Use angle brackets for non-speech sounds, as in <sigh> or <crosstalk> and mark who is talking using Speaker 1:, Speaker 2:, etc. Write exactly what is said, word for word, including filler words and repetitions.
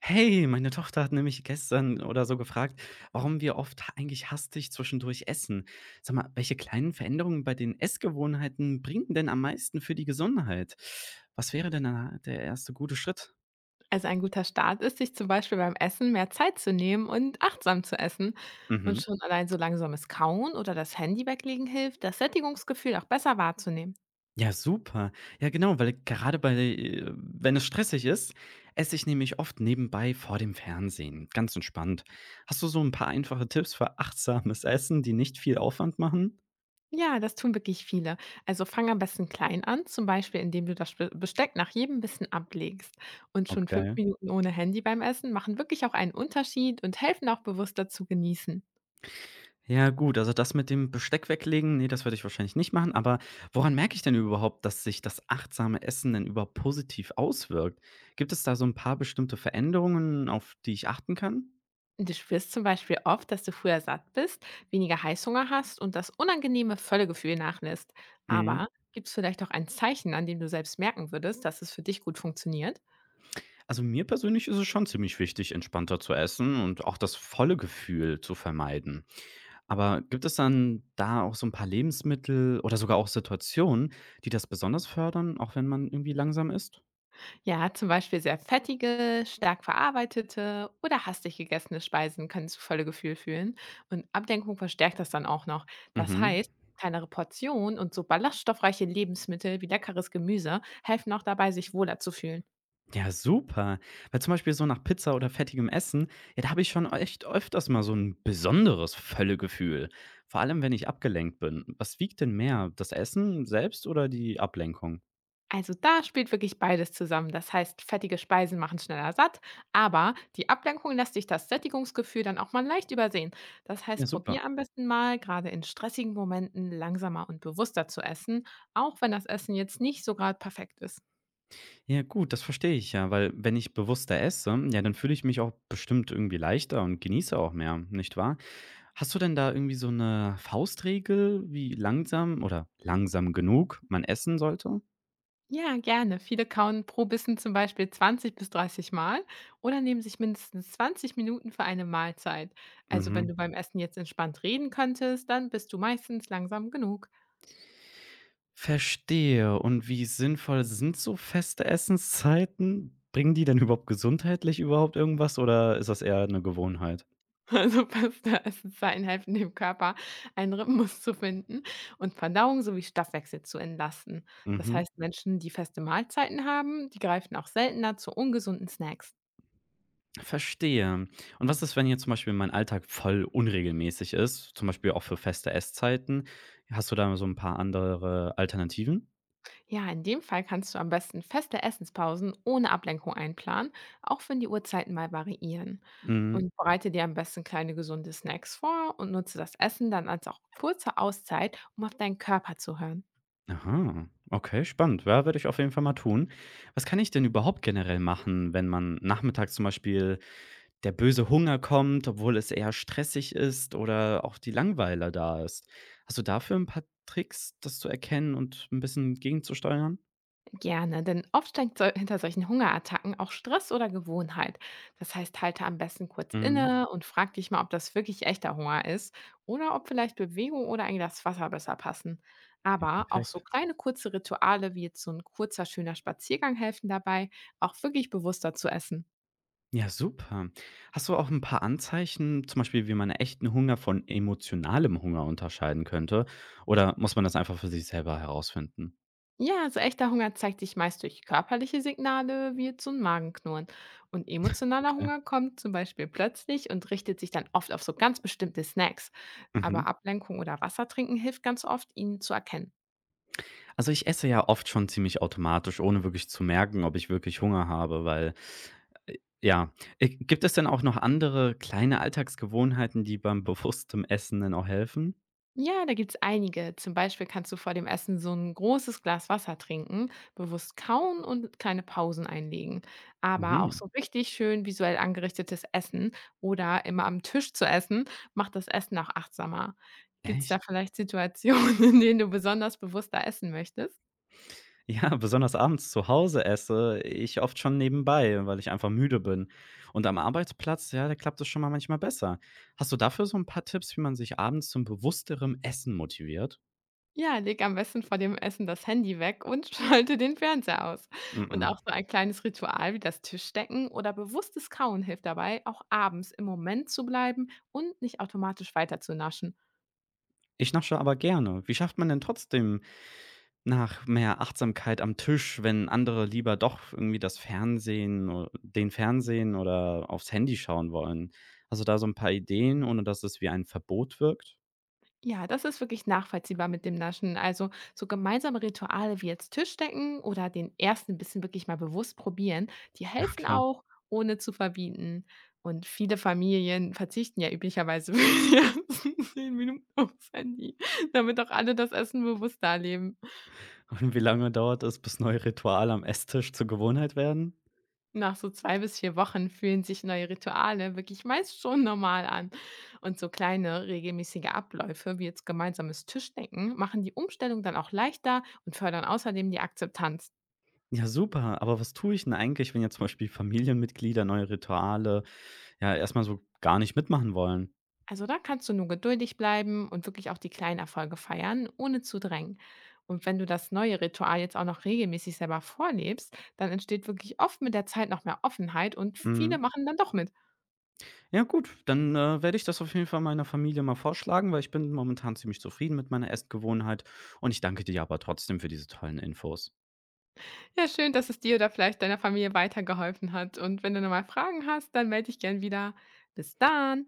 Speaker 1: Hey, meine Tochter hat nämlich gestern oder so gefragt, warum wir oft eigentlich hastig zwischendurch essen. Sag mal, welche kleinen Veränderungen bei den Essgewohnheiten bringen denn am meisten für die Gesundheit? Was wäre denn da der erste gute Schritt?
Speaker 2: Also ein guter Start ist, sich zum Beispiel beim Essen mehr Zeit zu nehmen und achtsam zu essen. Und
Speaker 1: Mhm.
Speaker 2: schon allein so langsames Kauen oder das Handy weglegen hilft, das Sättigungsgefühl auch besser wahrzunehmen.
Speaker 1: Ja, super. Ja, genau, weil gerade bei, äh, wenn es stressig ist, esse ich nämlich oft nebenbei vor dem Fernsehen. Ganz entspannt. Hast du so ein paar einfache Tipps für achtsames Essen, die nicht viel Aufwand machen?
Speaker 2: Ja, das tun wirklich viele. Also fang am besten klein an, zum Beispiel indem du das Be- Besteck nach jedem Bissen ablegst. Und schon fünf
Speaker 1: Okay.
Speaker 2: Minuten ohne Handy beim Essen machen wirklich auch einen Unterschied und helfen auch bewusster zu genießen.
Speaker 1: Ja gut, also das mit dem Besteck weglegen, nee das werde ich wahrscheinlich nicht machen, aber woran merke ich denn überhaupt, dass sich das achtsame Essen denn überhaupt positiv auswirkt? Gibt es da so ein paar bestimmte Veränderungen, auf die ich achten kann?
Speaker 2: Und du spürst zum Beispiel oft, dass du früher satt bist, weniger Heißhunger hast und das unangenehme Völlegefühl nachlässt.
Speaker 1: Mhm.
Speaker 2: Aber gibt es vielleicht auch ein Zeichen, an dem du selbst merken würdest, dass es für dich gut funktioniert?
Speaker 1: Also, mir persönlich ist es schon ziemlich wichtig, entspannter zu essen und auch das volle Gefühl zu vermeiden. Aber gibt es dann da auch so ein paar Lebensmittel oder sogar auch Situationen, die das besonders fördern, auch wenn man irgendwie langsam isst?
Speaker 2: Ja, zum Beispiel sehr fettige, stark verarbeitete oder hastig gegessene Speisen können zu Völlegefühl führen, und Ablenkung verstärkt das dann auch noch. Das
Speaker 1: Mhm.
Speaker 2: heißt, kleinere Portionen und so ballaststoffreiche Lebensmittel wie leckeres Gemüse helfen auch dabei, sich wohler zu fühlen.
Speaker 1: Ja, super. Weil zum Beispiel so nach Pizza oder fettigem Essen, ja, da habe ich schon echt öfters mal so ein besonderes Völlegefühl. Vor allem, wenn ich abgelenkt bin. Was wiegt denn mehr, das Essen selbst oder die Ablenkung?
Speaker 2: Also da spielt wirklich beides zusammen. Das heißt, fettige Speisen machen schneller satt, aber die Ablenkung lässt sich das Sättigungsgefühl dann auch mal leicht übersehen. Das
Speaker 1: Ja,
Speaker 2: heißt,
Speaker 1: super.
Speaker 2: probier am besten mal, gerade in stressigen Momenten langsamer und bewusster zu essen, auch wenn das Essen jetzt nicht so gerade perfekt ist.
Speaker 1: Ja gut, das verstehe ich ja, weil wenn ich bewusster esse, ja, dann fühle ich mich auch bestimmt irgendwie leichter und genieße auch mehr, nicht wahr? Hast du denn da irgendwie so eine Faustregel, wie langsam oder langsam genug man essen sollte?
Speaker 2: Ja, gerne. Viele kauen pro Bissen zum Beispiel zwanzig bis dreißig Mal oder nehmen sich mindestens zwanzig Minuten für eine Mahlzeit. Also wenn
Speaker 1: Mhm.
Speaker 2: du beim Essen jetzt entspannt reden könntest, dann bist du meistens langsam genug.
Speaker 1: Verstehe. Und wie sinnvoll sind so feste Essenszeiten? Bringen die denn überhaupt gesundheitlich überhaupt irgendwas oder ist das eher eine Gewohnheit?
Speaker 2: <laughs> Also Pasta Essen helfen dem Körper, einen Rhythmus zu finden und Verdauung sowie Stoffwechsel zu entlasten. Das
Speaker 1: Mhm,
Speaker 2: heißt, Menschen, die feste Mahlzeiten haben, die greifen auch seltener zu ungesunden Snacks.
Speaker 1: verstehe. Und was ist, wenn jetzt zum Beispiel mein Alltag voll unregelmäßig ist, zum Beispiel auch für feste Esszeiten? Hast du da so ein paar andere Alternativen?
Speaker 2: Ja, in dem Fall kannst du am besten feste Essenspausen ohne Ablenkung einplanen, auch wenn die Uhrzeiten mal variieren.
Speaker 1: Mhm.
Speaker 2: Und bereite dir am besten kleine gesunde Snacks vor und nutze das Essen dann als auch kurze Auszeit, um auf deinen Körper zu hören.
Speaker 1: Aha, okay, spannend. Ja, werde ich auf jeden Fall mal tun. Was kann ich denn überhaupt generell machen, wenn man nachmittags zum Beispiel der böse Hunger kommt, obwohl es eher stressig ist oder auch die Langeweile da ist. Hast du dafür 'n paar Tricks, das zu erkennen und 'n bisschen gegenzusteuern?
Speaker 2: Gerne, denn oft steckt sol- hinter solchen Hungerattacken auch Stress oder Gewohnheit. Das heißt, halte am besten kurz
Speaker 1: Mhm.
Speaker 2: inne und frag dich mal, ob das wirklich echter Hunger ist oder ob vielleicht Bewegung oder ein Glas Wasser besser passen.
Speaker 1: Ja,
Speaker 2: Aber auch so
Speaker 1: perfekt.
Speaker 2: kleine kurze Rituale wie jetzt so ein kurzer, schöner Spaziergang helfen dabei, auch wirklich bewusster zu essen.
Speaker 1: Ja, super. Hast du auch 'n paar Anzeichen, zum Beispiel, wie man echten Hunger von emotionalem Hunger unterscheiden könnte? Oder muss man das einfach für sich selber herausfinden?
Speaker 2: Ja, also echter Hunger zeigt sich meist durch körperliche Signale wie jetzt so ein Magenknurren. Und emotionaler
Speaker 1: Okay.
Speaker 2: Hunger kommt zum Beispiel plötzlich und richtet sich dann oft auf so ganz bestimmte Snacks.
Speaker 1: Mhm.
Speaker 2: Aber Ablenkung oder Wasser trinken hilft ganz oft, ihn zu erkennen.
Speaker 1: Also, ich esse ja oft schon ziemlich automatisch, ohne wirklich zu merken, ob ich wirklich Hunger habe, weil ja. Äh, gibt es denn auch noch andere kleine Alltagsgewohnheiten, die beim bewusstem Essen denn auch helfen?
Speaker 2: Ja, da gibt's einige. Zum Beispiel kannst du vor dem Essen so ein großes Glas Wasser trinken, bewusst kauen und kleine Pausen einlegen. Aber auch
Speaker 1: Mhm.
Speaker 2: so richtig schön visuell angerichtetes Essen oder immer am Tisch zu essen, macht das Essen auch achtsamer. Gibt's
Speaker 1: Echt?
Speaker 2: da vielleicht Situationen, <laughs> in denen du besonders bewusster essen möchtest?
Speaker 1: Ja, besonders abends zu Hause esse ich oft schon nebenbei, weil ich einfach müde bin. Und am Arbeitsplatz, ja, da klappt es schon mal manchmal besser. Hast du dafür so ein paar Tipps, wie man sich abends zum bewussterem Essen motiviert?
Speaker 2: Ja, leg am besten vor dem Essen das Handy weg und <laughs> schalte den Fernseher aus. Und
Speaker 1: Mm-mm.
Speaker 2: auch so ein kleines Ritual wie das Tischdecken oder bewusstes Kauen hilft dabei, auch abends im Moment zu bleiben und nicht automatisch weiter zu naschen.
Speaker 1: Ich nasche aber gerne. Wie schafft man denn trotzdem nach mehr Achtsamkeit am Tisch, wenn andere lieber doch irgendwie das Fernsehen o den Fernsehen oder aufs Handy schauen wollen? Also da so ein paar Ideen, ohne dass es wie ein Verbot wirkt?
Speaker 2: Ja, das ist wirklich nachvollziehbar mit dem Naschen. Also so gemeinsame Rituale wie jetzt Tischdecken oder den ersten bisschen wirklich mal bewusst probieren, die helfen
Speaker 1: Okay.
Speaker 2: auch, ohne zu verbieten. Und viele Familien verzichten ja üblicherweise <laughs> für die ersten zehn Minuten aufs Handy, damit auch alle das Essen bewusst erleben.
Speaker 1: Und wie lange dauert es, bis neue Rituale am Esstisch zur Gewohnheit werden?
Speaker 2: Nach so zwei bis vier Wochen fühlen sich neue Rituale wirklich meist schon normal an. Und so kleine regelmäßige Abläufe wie jetzt gemeinsames Tischdecken machen die Umstellung dann auch leichter und fördern außerdem die Akzeptanz.
Speaker 1: Ja, super, aber was tue ich denn eigentlich, wenn jetzt zum Beispiel Familienmitglieder neue Rituale, ja, erstmal so gar nicht mitmachen wollen?
Speaker 2: Also da kannst du nur geduldig bleiben und wirklich auch die kleinen Erfolge feiern, ohne zu drängen. Und wenn du das neue Ritual jetzt auch noch regelmäßig selber vorlebst, dann entsteht wirklich oft mit der Zeit noch mehr Offenheit und
Speaker 1: Mhm.
Speaker 2: viele machen dann doch mit.
Speaker 1: Ja gut, dann, äh, werde ich das auf jeden Fall meiner Familie mal vorschlagen, weil ich bin momentan ziemlich zufrieden mit meiner Essgewohnheit und ich danke dir aber trotzdem für diese tollen Infos.
Speaker 2: Ja, schön, dass es dir oder vielleicht deiner Familie weitergeholfen hat. Und wenn du nochmal Fragen hast, dann melde dich gern wieder. Bis dann.